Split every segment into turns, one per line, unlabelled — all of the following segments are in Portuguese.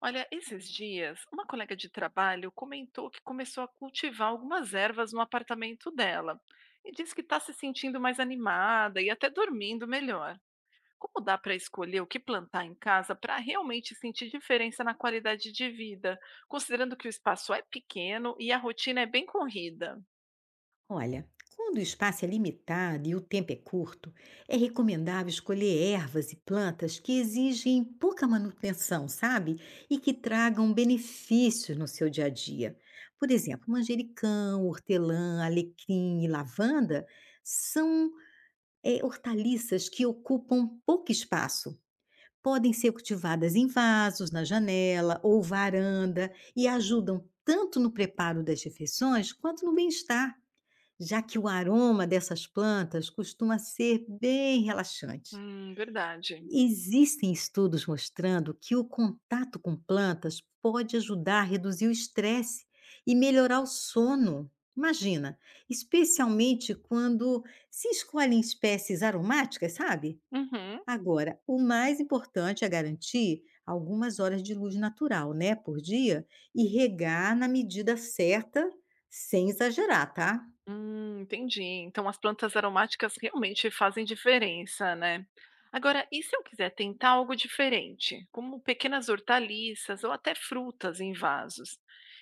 Olha, esses dias, uma colega de trabalho comentou que começou a cultivar algumas ervas no apartamento dela e disse que está se sentindo mais animada e até dormindo melhor. Como dá para escolher o que plantar em casa para realmente sentir diferença na qualidade de vida, considerando que o espaço é pequeno e a rotina é bem corrida?
Olha, quando o espaço é limitado e o tempo é curto, é recomendável escolher ervas e plantas que exigem pouca manutenção, sabe? E que tragam benefícios no seu dia a dia. Por exemplo, manjericão, hortelã, alecrim e lavanda são hortaliças que ocupam pouco espaço. Podem ser cultivadas em vasos, na janela ou varanda e ajudam tanto no preparo das refeições quanto no bem-estar, já que o aroma dessas plantas costuma ser bem relaxante.
Verdade.
Existem estudos mostrando que o contato com plantas pode ajudar a reduzir o estresse e melhorar o sono. Imagina, especialmente quando se escolhem espécies aromáticas, sabe?
Uhum.
Agora, o mais importante é garantir algumas horas de luz natural, né, por dia, e regar na medida certa, sem exagerar, tá?
Entendi. Então as plantas aromáticas realmente fazem diferença, né? Agora, e se eu quiser tentar algo diferente, como pequenas hortaliças ou até frutas em vasos?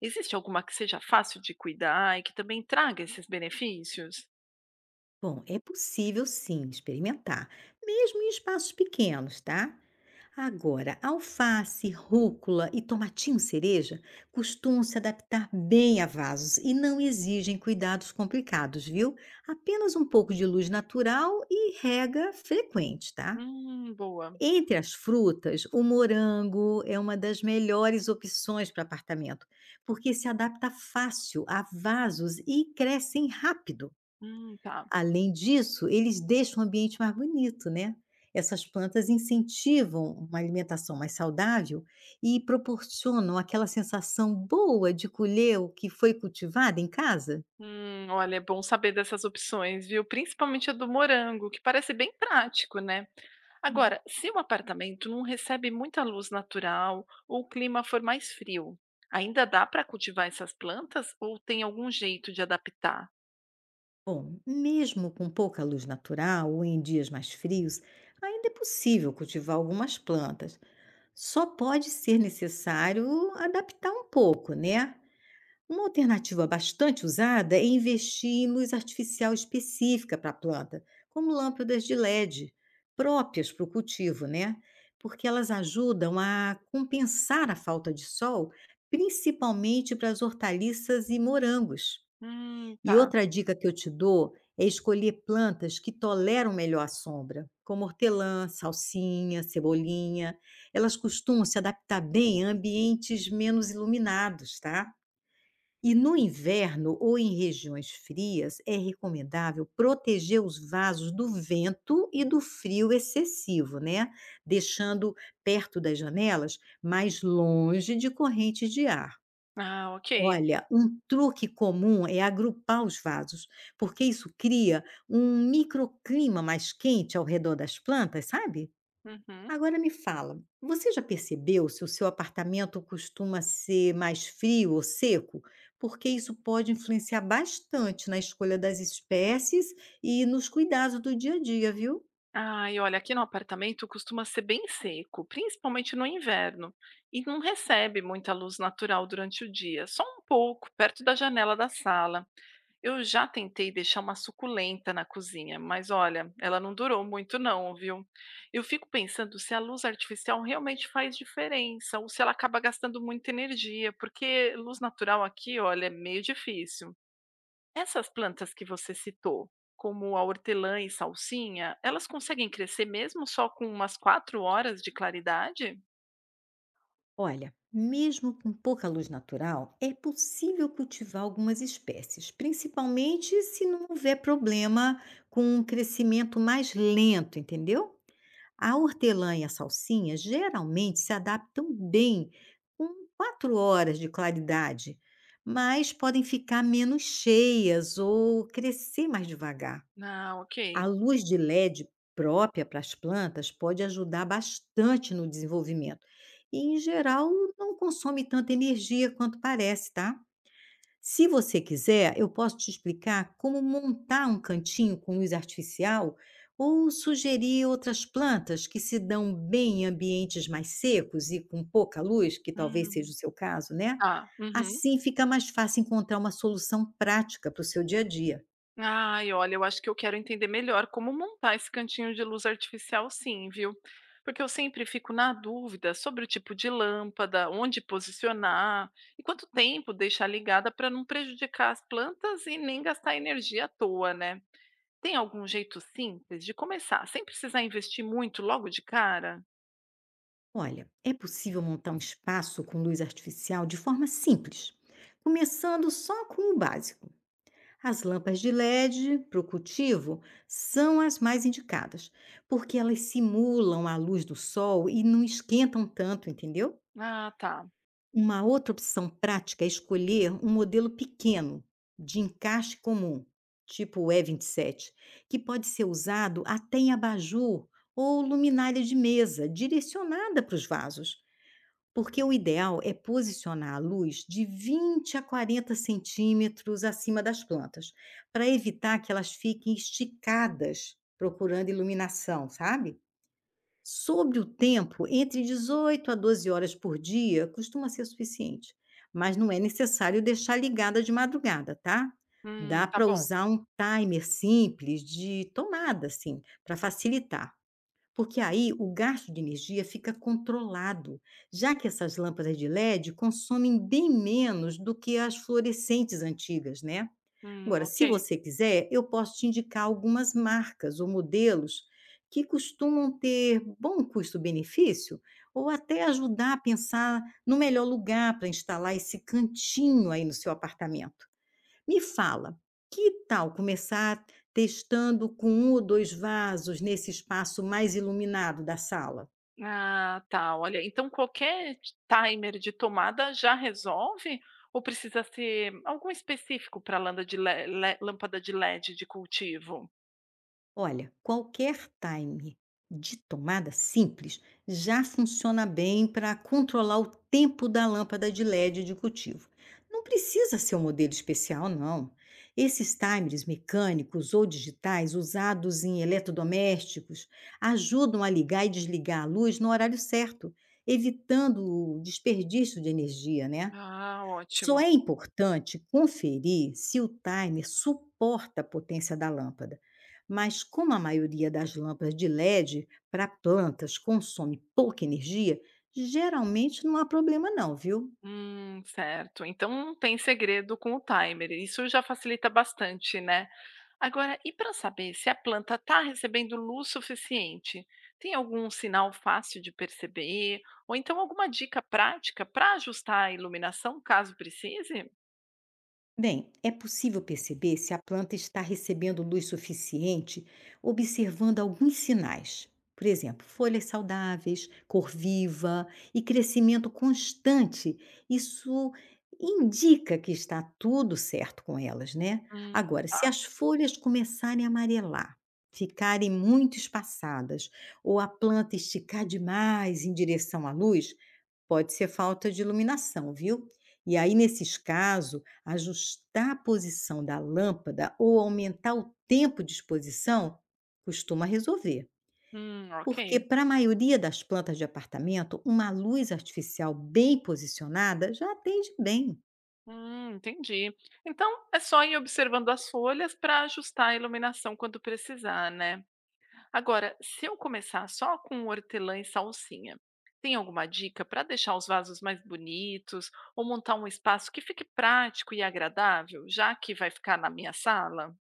Existe alguma que seja fácil de cuidar e que também traga esses benefícios?
Bom, é possível sim experimentar, mesmo em espaços pequenos, tá? Agora, alface, rúcula e tomatinho cereja costumam se adaptar bem a vasos e não exigem cuidados complicados, viu? Apenas um pouco de luz natural e rega frequente, tá?
Boa.
Entre as frutas, o morango é uma das melhores opções para apartamento, porque se adapta fácil a vasos e crescem rápido.
Tá.
Além disso, eles deixam o ambiente mais bonito, né. Essas plantas incentivam uma alimentação mais saudável e proporcionam aquela sensação boa de colher o que foi cultivado em casa.
Olha, é bom saber dessas opções, viu? Principalmente a do morango, que parece bem prático, né?
Hum.
Agora, se o apartamento não recebe muita luz natural ou o clima for mais frio, ainda dá para cultivar essas plantas ou tem algum jeito de adaptar?
Bom, mesmo com pouca luz natural ou em dias mais frios, ainda é possível cultivar algumas plantas. Só pode ser necessário adaptar um pouco, né? Uma alternativa bastante usada é investir em luz artificial específica para a planta, como lâmpadas de LED, próprias para o cultivo, né? Porque elas ajudam a compensar a falta de sol, principalmente para as hortaliças e morangos. E
Tá.
outra dica que eu te dou é escolher plantas que toleram melhor a sombra, como hortelã, salsinha, cebolinha. Elas costumam se adaptar bem a ambientes menos iluminados, tá? E no inverno ou em regiões frias, é recomendável proteger os vasos do vento e do frio excessivo, né? Deixando perto das janelas, mas longe de correntes de ar.
Ah, ok.
Olha, um truque comum é agrupar os vasos, porque isso cria um microclima mais quente ao redor das plantas, sabe?
Uhum.
Agora me fala, você já percebeu se o seu apartamento costuma ser mais frio ou seco? Porque isso pode influenciar bastante na escolha das espécies e nos cuidados do dia a dia, viu?
Ah, e olha, aqui no apartamento costuma ser bem seco, principalmente no inverno, e não recebe muita luz natural durante o dia, só um pouco, perto da janela da sala. Eu já tentei deixar uma suculenta na cozinha, mas olha, ela não durou muito não, viu? Eu fico pensando se a luz artificial realmente faz diferença ou se ela acaba gastando muita energia, porque luz natural aqui, olha, é meio difícil. Essas plantas que você citou, como a hortelã e salsinha, elas conseguem crescer mesmo só com umas quatro horas de claridade?
Olha, mesmo com pouca luz natural, é possível cultivar algumas espécies, principalmente se não houver problema com um crescimento mais lento, entendeu? A hortelã e a salsinha geralmente se adaptam bem com 4 horas de claridade, mas podem ficar menos cheias ou crescer mais devagar.
Ah, ok.
A luz de LED própria para as plantas pode ajudar bastante no desenvolvimento e, em geral, não consome tanta energia quanto parece, tá? Se você quiser, eu posso te explicar como montar um cantinho com luz artificial ou sugerir outras plantas que se dão bem em ambientes mais secos e com pouca luz, que talvez seja
Hum,
o seu caso, né?
tá. Uhum.
Assim fica mais fácil encontrar uma solução prática para o seu dia a dia.
Ai, olha, eu acho que eu quero entender melhor como montar esse cantinho de luz artificial, sim, viu? Porque eu sempre fico na dúvida sobre o tipo de lâmpada, onde posicionar e quanto tempo deixar ligada para não prejudicar as plantas e nem gastar energia à toa, né? Tem algum jeito simples de começar, sem precisar investir muito logo de cara?
Olha, é possível montar um espaço com luz artificial de forma simples, começando só com o básico. As lâmpadas de LED para o cultivo são as mais indicadas, porque elas simulam a luz do sol e não esquentam tanto, entendeu?
Ah, tá.
Uma outra opção prática é escolher um modelo pequeno, de encaixe comum, tipo o E27, que pode ser usado até em abajur ou luminária de mesa, direcionada para os vasos. Porque o ideal é posicionar a luz de 20 a 40 centímetros acima das plantas, para evitar que elas fiquem esticadas procurando iluminação, sabe? Sobre o tempo, entre 18 a 12 horas por dia costuma ser suficiente, mas não é necessário deixar ligada de madrugada, tá? Dá
Tá
para
bom.
usar um timer simples de tomada, assim, para facilitar. Porque aí o gasto de energia fica controlado, já que essas lâmpadas de LED consomem bem menos do que as fluorescentes antigas, né? Agora,
Ok.
se você quiser, eu posso te indicar algumas marcas ou modelos que costumam ter bom custo-benefício ou até ajudar a pensar no melhor lugar para instalar esse cantinho aí no seu apartamento. Me fala, que tal começar testando com um ou dois vasos nesse espaço mais iluminado da sala?
Ah, tá. Olha, então qualquer t timer de tomada já resolve ou precisa ser algum específico para landa de le le lâmpada de LED de cultivo?
Olha, qualquer time de tomada simples já funciona bem para controlar o tempo da lâmpada de LED de cultivo. Não precisa ser um modelo especial, não. Esses timers mecânicos ou digitais usados em eletrodomésticos ajudam a ligar e desligar a luz no horário certo, evitando o desperdício de energia, né?
Ah,
Só
ótimo.
é importante conferir se o timer suporta a potência da lâmpada, mas como a maioria das lâmpadas de LED para plantas consome pouca energia, geralmente não há problema não, viu?
Certo. Então não tem segredo com o timer. Isso já facilita bastante, né? Agora, e para saber se a planta está recebendo luz suficiente, tem algum sinal fácil de perceber? Ou então alguma dica prática para ajustar a iluminação caso precise?
Bem, é possível perceber se a planta está recebendo luz suficiente observando alguns sinais. Por exemplo, folhas saudáveis, cor viva e crescimento constante. Isso indica que está tudo certo com elas, né? Agora, se
Tá.
as folhas começarem a amarelar, ficarem muito espaçadas ou a planta esticar demais em direção à luz. Pode ser falta de iluminação, viu? E aí, nesses casos, ajustar a posição da lâmpada ou aumentar o tempo de exposição costuma resolver. Porque,
Ok.
para a maioria das plantas de apartamento, uma luz artificial bem posicionada já atende bem.
Entendi. Então é só ir observando as folhas para ajustar a iluminação quando precisar, né? Agora, se eu começar só com hortelã e salsinha, tem alguma dica para deixar os vasos mais bonitos ou montar um espaço que fique prático e agradável, já que vai ficar na minha sala?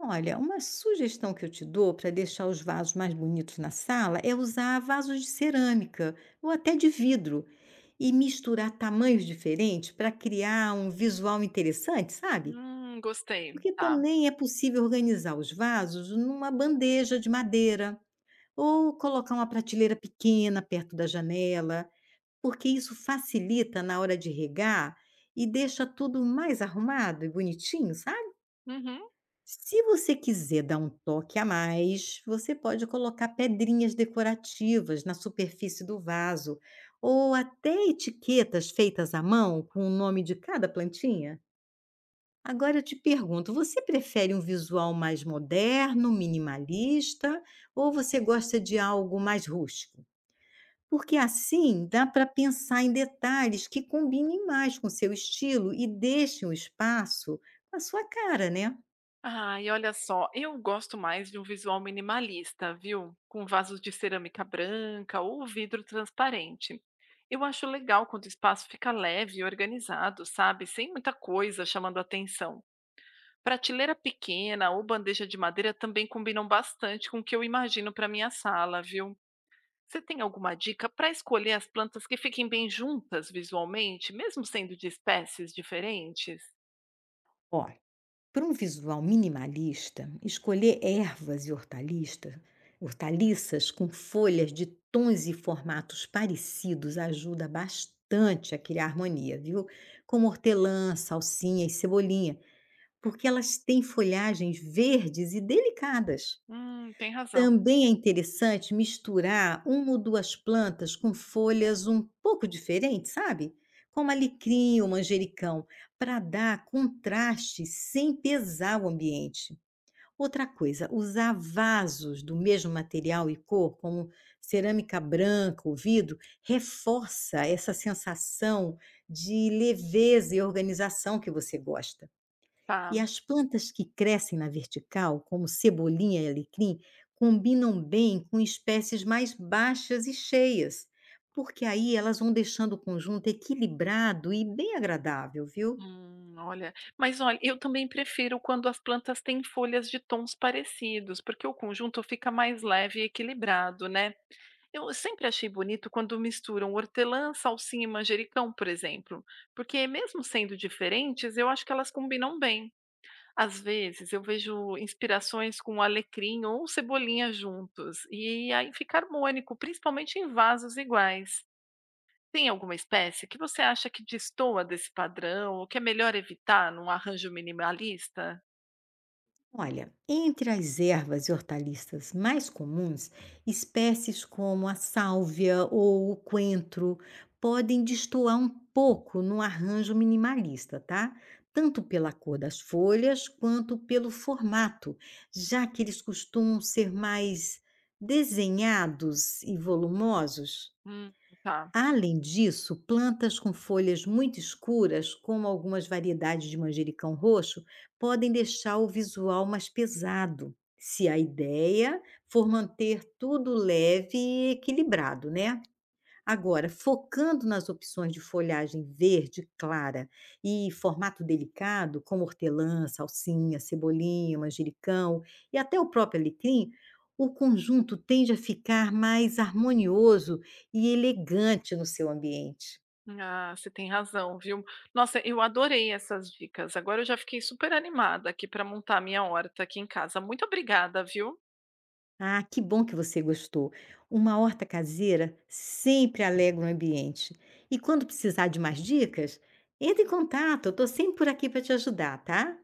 Olha, uma sugestão que eu te dou para deixar os vasos mais bonitos na sala é usar vasos de cerâmica ou até de vidro e misturar tamanhos diferentes para criar um visual interessante, sabe?
Gostei.
Porque
Tá.
também é possível organizar os vasos numa bandeja de madeira ou colocar uma prateleira pequena perto da janela, porque isso facilita na hora de regar e deixa tudo mais arrumado e bonitinho, sabe?
Uhum.
Se você quiser dar um toque a mais, você pode colocar pedrinhas decorativas na superfície do vaso ou até etiquetas feitas à mão com o nome de cada plantinha. Agora eu te pergunto, você prefere um visual mais moderno, minimalista, ou você gosta de algo mais rústico? Porque assim dá para pensar em detalhes que combinem mais com seu estilo e deixem o espaço com a sua cara, né?
Ai, olha só, eu gosto mais de um visual minimalista, viu? Com vasos de cerâmica branca ou vidro transparente. Eu acho legal quando o espaço fica leve e organizado, sabe? Sem muita coisa chamando atenção. Prateleira pequena ou bandeja de madeira também combinam bastante com o que eu imagino para minha sala, viu? Você tem alguma dica para escolher as plantas que fiquem bem juntas visualmente, mesmo sendo de espécies diferentes?
Ó, para um visual minimalista, escolher ervas e hortaliças, hortaliças com folhas de tons e formatos parecidos ajuda bastante a criar harmonia, viu? Como hortelã, salsinha e cebolinha, porque elas têm folhagens verdes e delicadas.
Tem razão.
Também é interessante misturar uma ou 2 plantas com folhas um pouco diferentes, sabe, como alecrim ou manjericão, para dar contraste sem pesar o ambiente. Outra coisa, usar vasos do mesmo material e cor, como cerâmica branca ou vidro, reforça essa sensação de leveza e organização que você gosta. E
Tá.
as plantas que crescem na vertical, como cebolinha e alecrim, combinam bem com espécies mais baixas e cheias, porque aí elas vão deixando o conjunto equilibrado e bem agradável, viu?
Olha, mas olha, eu também prefiro quando as plantas têm folhas de tons parecidos, porque o conjunto fica mais leve e equilibrado, né? Eu sempre achei bonito quando misturam hortelã, salsinha e manjericão, por exemplo, porque mesmo sendo diferentes, eu acho que elas combinam bem. Às vezes eu vejo inspirações com alecrim ou cebolinha juntos, e aí fica harmônico, principalmente em vasos iguais. Tem alguma espécie que você acha que destoa desse padrão ou que é melhor evitar num arranjo minimalista?
Olha, entre as ervas e hortaliças mais comuns, espécies como a sálvia ou o coentro podem destoar um pouco no arranjo minimalista, tá? Tanto pela cor das folhas quanto pelo formato, já que eles costumam ser mais desenhados e volumosos.
Hum, tá.
Além disso, plantas com folhas muito escuras, como algumas variedades de manjericão roxo, podem deixar o visual mais pesado, se a ideia for manter tudo leve e equilibrado, né? Agora, focando nas opções de folhagem verde clara e formato delicado, como hortelã, salsinha, cebolinha, manjericão e até o próprio alecrim, o conjunto tende a ficar mais harmonioso e elegante no seu ambiente.
Ah, você tem razão, viu. Nossa, eu adorei essas dicas. Agora eu já fiquei super animada aqui para montar minha horta aqui em casa. Muito obrigada, viu?
Ah, que bom que você gostou! Uma horta caseira sempre alegra o ambiente. E quando precisar de mais dicas, entre em contato, eu estou sempre por aqui para te ajudar, tá?